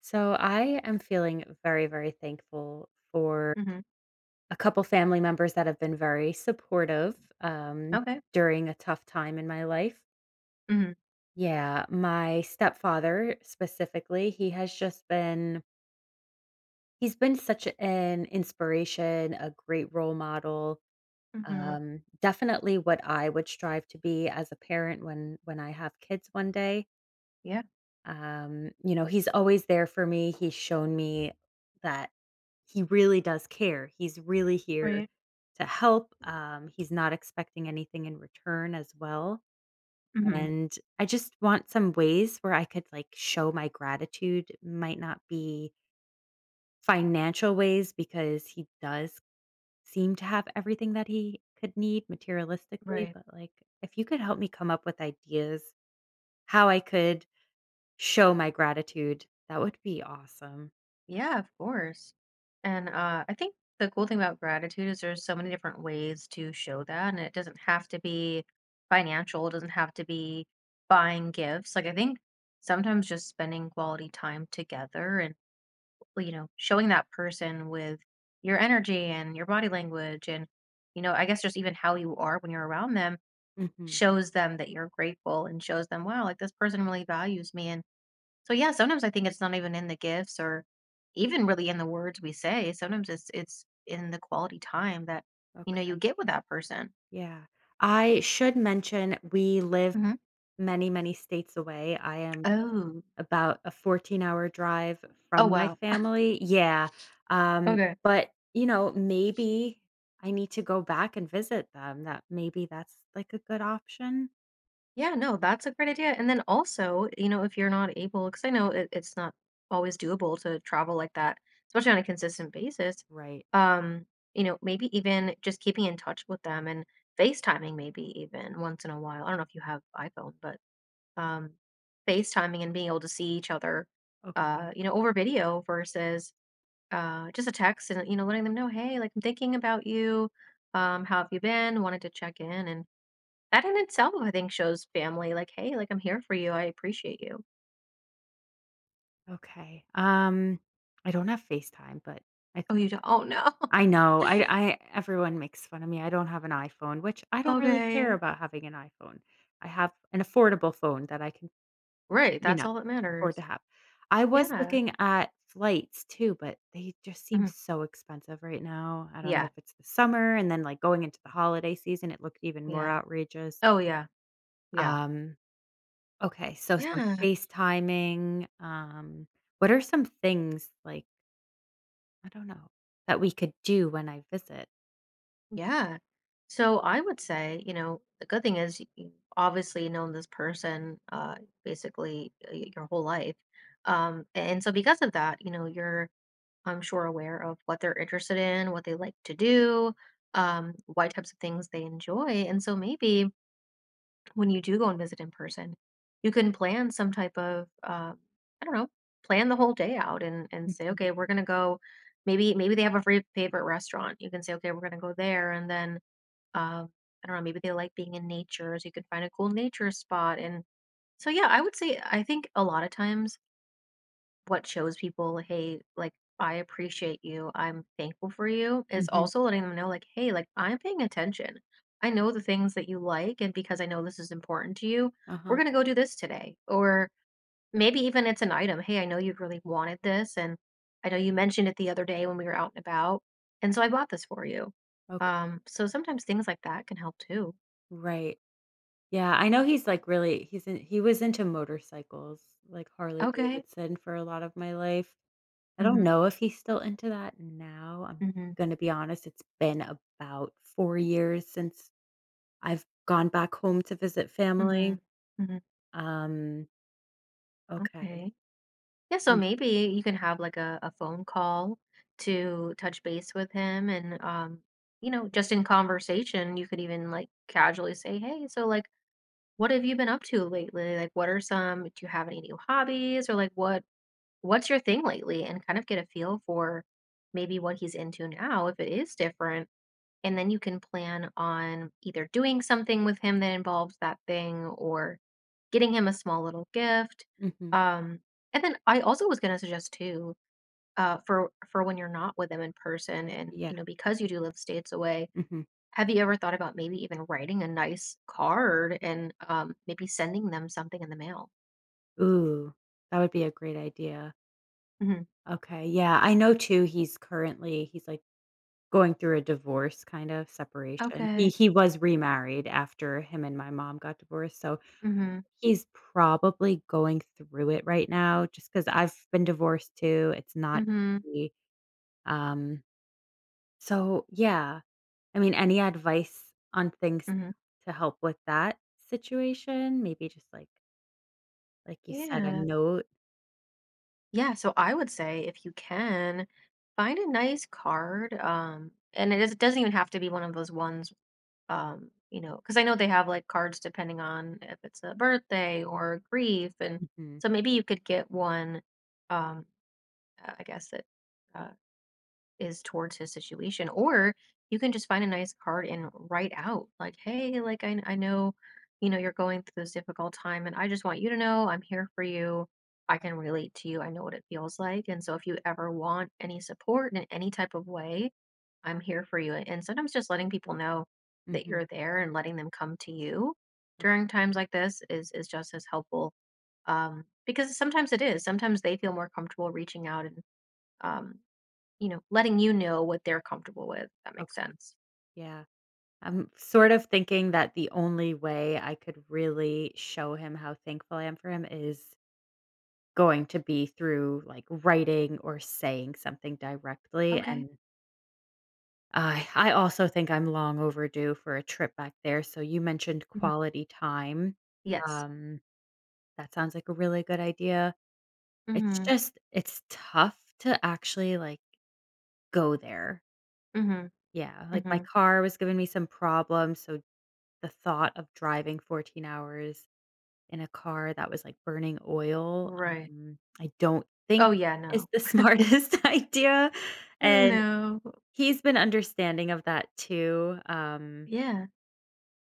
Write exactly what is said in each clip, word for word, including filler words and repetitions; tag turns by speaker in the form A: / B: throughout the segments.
A: So I am feeling very, very thankful for
B: Mhm.
A: a couple family members that have been very supportive um,
B: Okay.
A: during a tough time in my life.
B: Mhm.
A: Yeah, my stepfather specifically, he has just been, he's been such an inspiration, a great role model.
B: Mhm.
A: Um, definitely what I would strive to be as a parent when when I have kids one day.
B: Yeah.
A: Um, you know, he's always there for me. He's shown me that he really does care. He's really here
B: Right.
A: to help. Um, he's not expecting anything in return as well.
B: Mhm.
A: And I just want some ways where I could like show my gratitude. Might not be financial ways because he does seem to have everything that he could need materialistically.
B: Right.
A: But like, if you could help me come up with ideas how I could show my gratitude. That would be awesome.
B: Yeah, of course. And uh I think the cool thing about gratitude is there's so many different ways to show that, and it doesn't have to be financial, it doesn't have to be buying gifts. Like, I think sometimes just spending quality time together and you know, showing that person with your energy and your body language and, you know, I guess just even how you are when you're around them
A: Mhm.
B: shows them that you're grateful and shows them, wow, like this person really values me. And so, yeah, sometimes I think it's not even in the gifts or even really in the words we say. Sometimes it's it's in the quality time that you know you
A: Okay,
B: get with that person.
A: yeah. I should mention we live
B: hmm
A: many, many states away. I am
B: Oh,
A: about a fourteen-hour drive
B: oh
A: from my
B: wow.
A: family. Yeah, um,
B: Okay.
A: but, you know, maybe I need to go back and visit them. That maybe that's, like, a good option?
B: Yeah, no, that's a great idea. And then also, you know, if you're not able, because I know it, it's not always doable to travel like that, especially on a consistent basis.
A: Right.
B: um, you know, maybe even just keeping in touch with them and FaceTiming maybe even once in a while. I don't know if you have iPhone, but um, FaceTiming and being able to see each other, uh,
A: Okay,
B: you know, over video versus uh, just a text, and, you know, letting them know, hey, like, I'm thinking about you. Um, how have you been? Wanted to check in. And that in itself, I think, shows family, like, "Hey, like, I'm here for you, I appreciate you."
A: okay. Um, I don't have FaceTime, but I
B: "Oh,
A: think
B: you don't oh, no."
A: I know. I I everyone makes fun of me. I don't have an iPhone, which I don't really care
B: Okay.
A: about having an iPhone. I have an affordable phone that I can,
B: Right,
A: you
B: that's
A: know,
B: all that
A: afford
B: matters.
A: to have. I was
B: Yeah.
A: looking at flights too, but they just seem
B: Mhm.
A: so expensive right now. I don't know
B: Yeah,
A: if it's the summer and then like going into the holiday season, it looked even more
B: yeah.
A: outrageous.
B: Oh, yeah, yeah.
A: Um, okay, so some
B: Yeah,
A: FaceTiming. Um, what are some things like, I don't know, that we could do when I visit?
B: yeah. So, I would say, you know, the good thing is you've obviously known this person, uh, basically, uh, y your whole life, um, and so because of that, you know, you're, I'm sure, aware of what they're interested in, what they like to do, um, what types of things they enjoy. And so maybe when you do go and visit in person, you can plan some type of uh, I don't know, plan the whole day out and and say,
A: Mhm.
B: okay, we're gonna go. Maybe maybe they have a free favorite restaurant. You can say, okay, we're gonna go there, and then, um, I don't know, maybe they like being in nature, so you can find a cool nature spot. And so, yeah, I would say I think a lot of times what shows people, "Hey, like, I appreciate you, I'm thankful for you," is
A: Mhm.
B: also letting them know, like, "Hey, like, I'm paying attention. I know the things that you like, and because I know this is important to you, we're
A: Uh-huh.
B: gonna go do this today." Or maybe even it's an item, "Hey, I know you've really wanted this, and I know you mentioned it the other day when we were out and about, and so I bought this for you."
A: Ok,
B: Um, so sometimes things like that can help too.
A: right. Yeah, I know he's, like, really he's in he was into motorcycles, like Harley
B: Okay.
A: Davidson for a lot of my life. I don't
B: Mhm.
A: know if he's still into that now, I'm
B: Mhm.
A: gonna be honest, it's been about four years since I've gone back home to visit
B: Mhm.
A: family.
B: Mhm.
A: Um, okay.
B: Okay. Yeah, so
A: Mm,
B: maybe you can have like a, a phone call to touch base with him. And, um, you know, just in conversation, you could even like casually say, hey, so like, what have you been up to lately? Like, what are some— do you have any new hobbies, or like, what what's your thing lately? And kind of get a feel for maybe what he's into now if it is different. And then you can plan on either doing something with him that involves that thing, or getting him a small little gift.
A: mhm.
B: Um, and then I also was gonna suggest too, uh, for for when you're not with them in person and,
A: Yeah,
B: you know, because you do live states away,
A: mhm.
B: have you ever thought about maybe even writing a nice card and, um, maybe sending them something in the mail?
A: Ooh, that would be a great idea.
B: Mhm.
A: Okay, yeah, I know too he's currently he's, like, going through a divorce, kind of, separation. He
B: Okay.
A: he was remarried after him and my mom got divorced, so
B: Mhm.
A: he's probably going through it right now. Just because 'cause I've been divorced too, it's not
B: Mhm.
A: easy. Um, so, yeah. I mean, any advice on things
B: Mhm.
A: to help with that situation? Maybe just like like you said, a
B: Yeah.
A: note?
B: Yeah, so I would say, if you can, find a nice card. Um, and it is it doesn't even have to be one of those ones, um, you know, because I know they have like cards depending on if it's a birthday or grief. And
A: Mhm,
B: so maybe you could get one, um uh, I guess, that uh, is towards his situation. Or you can just find a nice card and write out like, hey, like i, I know, you know, you're going through this difficult time, and I just want you to know I'm here for you, I can relate to you, I know what it feels like, and so if you ever want any support in any type of way, I'm here for you. And sometimes just letting people know that
A: mhm.
B: you're there, and letting them come to you
A: Okay,
B: during times like this, is is just as helpful. Um, because sometimes it is. Sometimes they feel more comfortable reaching out and, um, you know, letting you know what they're comfortable with, if that makes
A: okay.
B: sense.
A: Yeah. I'm sort of thinking that the only way I could really show him how thankful I am for him is going to be through, like, writing or saying something directly,
B: Okay.
A: and I I also think I'm long overdue for a trip back there, so you mentioned
B: hmm
A: quality time.
B: Yes.
A: Um, that sounds like a really good idea. It's
B: Mm-hmm.
A: just it's tough to actually, like, go there.
B: Mm-hmm.
A: Yeah, like, my
B: Mm-hmm.
A: car was giving me some problems, so the thought of driving fourteen hours in a car that was, like, burning oil,
B: Right.
A: um, I don't
B: Oh
A: think
B: yeah, no.
A: is the smartest idea, and
B: No.
A: he's been understanding of that too, um,
B: Yeah.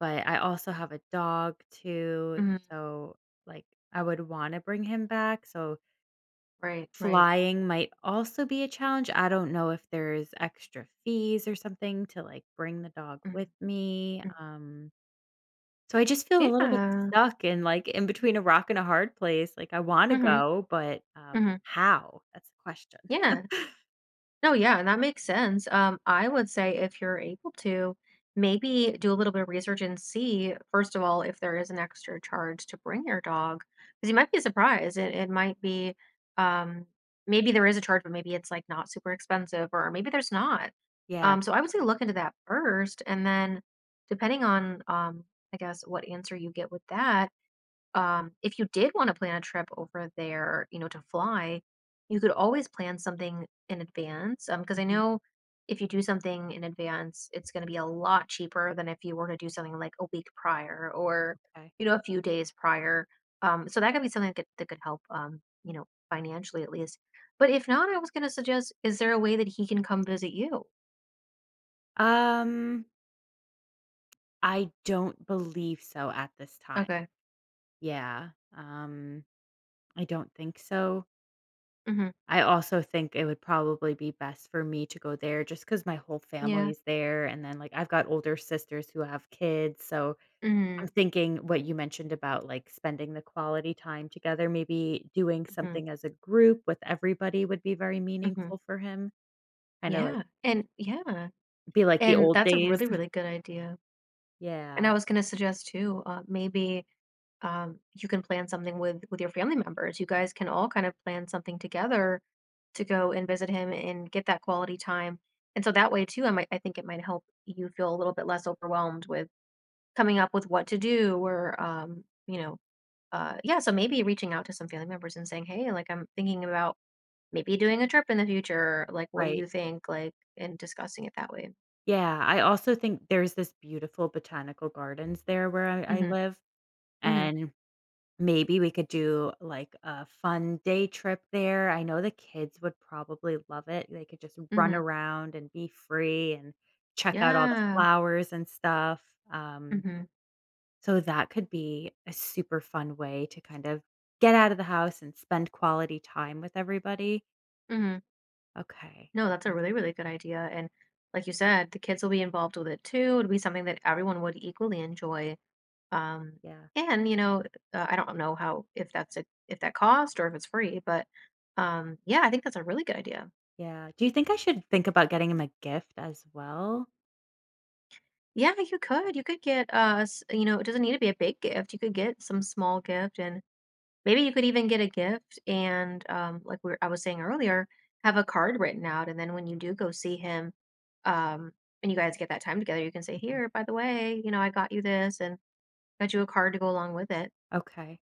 A: but I also have a dog too,
B: Mm-hmm.
A: so, like, I would wanna bring him back, so
B: Right, right.
A: flying might also be a challenge. I don't know if there's extra fees or something to, like, bring the dog
B: Mm-hmm.
A: with me,
B: Mm-hmm.
A: um so I just feel a little bit
B: Yeah.
A: stuck and, like, in between a rock and a hard place, like, I wanna
B: Mhm,
A: go, but, um,
B: mhm.
A: how? That's the question.
B: Yeah. No, yeah, that makes sense. Um, I would say, if you're able to, maybe do a little bit of research and see, first of all, if there is an extra charge to bring your dog, because you might be surprised. It it might be, um, maybe there is a charge, but maybe it's like not super expensive, or maybe there's not.
A: Yeah.
B: Um, so I would say look into that first, and then depending on, um, I guess what answer you get with that. Um, if you did want to plan a trip over there, you know, to fly, you could always plan something in advance. Um, because I
A: Mhm.
B: know if you do something in advance, it's going to be a lot cheaper than if you were to do something like a week prior, or,
A: Okay.
B: you know, a few days prior. Um, so that could be something that could— that could help, um, you know, financially at least. But if not, I was going to suggest, is there a way that he can come visit you?
A: Um, I don't believe so at this time.
B: Okay.
A: Yeah. Um, I don't think so.
B: hmm
A: I also think it would probably be best for me to go there just because my whole
B: Yeah.
A: family's there, and then, like, I've got older sisters who have kids, so
B: hmm
A: I'm thinking what you mentioned about, like, spending the quality time together, maybe doing
B: hmm
A: something as a group with everybody would be very
B: hmm
A: meaningful for him, kinda like
B: Yeah. And yeah.
A: be like the
B: And
A: old
B: that's a
A: days.
B: really, really good idea. And
A: Yeah,
B: I was gonna suggest too, uh, maybe, um, you can plan something with with your family members. You guys can all kind of plan something together to go and visit him and get that quality time. And so that way too, I might I think it might help you feel a little bit less overwhelmed with coming up with what to do, or, um, you know, uh, yeah. So maybe reaching out to some family members and saying, hey, like, I'm thinking about maybe doing a trip in the future. Like, what do
A: right.
B: you think? Like, and discussing it that way.
A: Yeah, I also think there's this beautiful botanical gardens there where I I
B: Mm-hmm.
A: live,
B: Mm-hmm.
A: and maybe we could do, like, a fun day trip there. I know the kids would probably love it. They could just run
B: Mm-hmm.
A: around and be free and check out all the
B: Yeah.
A: flowers and stuff, um
B: Mm-hmm.
A: so that could be a super fun way to kind of get out of the house and spend quality time with everybody.
B: Mm-hmm.
A: Okay.
B: No, that's a
A: Oh,
B: really, really good idea. And like you said, the kids will be involved with it too. It'd be something that everyone would equally enjoy. Um,
A: yeah.
B: and you know, uh, I don't know how, if that's— a if that cost, or if it's free, but, um, yeah, I think that's a really good idea.
A: Yeah. Do you think I should think about getting him a gift as well?
B: Yeah, you could you could get, uh, s- you know, it doesn't need to be a big gift. You could get some small gift, and maybe you could even get a gift and, um, like we were I was saying earlier, have a card written out, and then when you do go see him, um, and you guys get that time together, you can say,
A: Mhm.
B: "Here, by the way, you know, I got you this, and got you a card to go along with it."
A: Okay.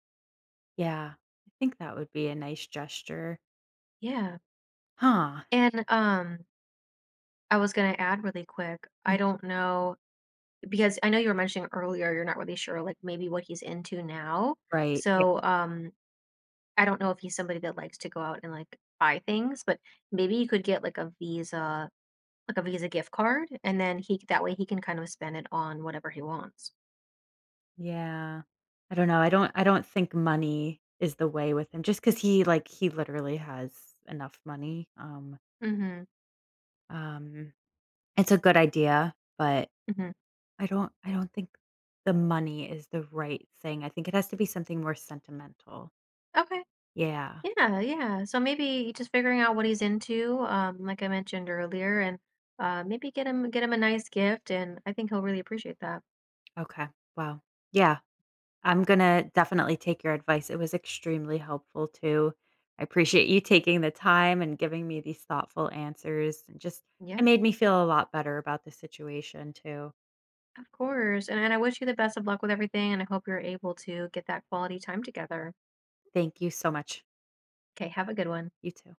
A: Yeah. I think that would be a nice gesture.
B: Yeah,
A: Huh.
B: and, um, I was gonna add really quick, I
A: Mm,
B: don't know, because I know you were mentioning earlier you're not really sure, like, maybe what he's into now.
A: right. Yeah.
B: So, um, I don't know if he's somebody that likes to go out and, like, buy things, but maybe you could get, like, a Visa like a Visa gift card, and then he that way he can kind of spend it on whatever he wants.
A: Yeah. I don't know. I don't I don't think money is the way with him just cuz he like he literally has enough money. Um
B: Mhm,
A: um it's a good idea, but
B: mhm.
A: I don't I don't think the money is the right thing. I think it has to be something more sentimental.
B: Okay.
A: Yeah.
B: Yeah, yeah. So maybe just figuring out what he's into, um, like I mentioned earlier, and, uh, maybe get him get him a nice gift, and I think he'll really appreciate that.
A: Okay. Wow. Yeah. I'm going to definitely take your advice. It was extremely helpful too. I appreciate you taking the time and giving me these thoughtful answers and just it
B: Yeah,
A: made me feel a lot better about the situation too.
B: of course. And, and I wish you the best of luck with everything, and I hope you're able to get that quality time together.
A: Thank you so much.
B: Okay, have a good one.
A: You too.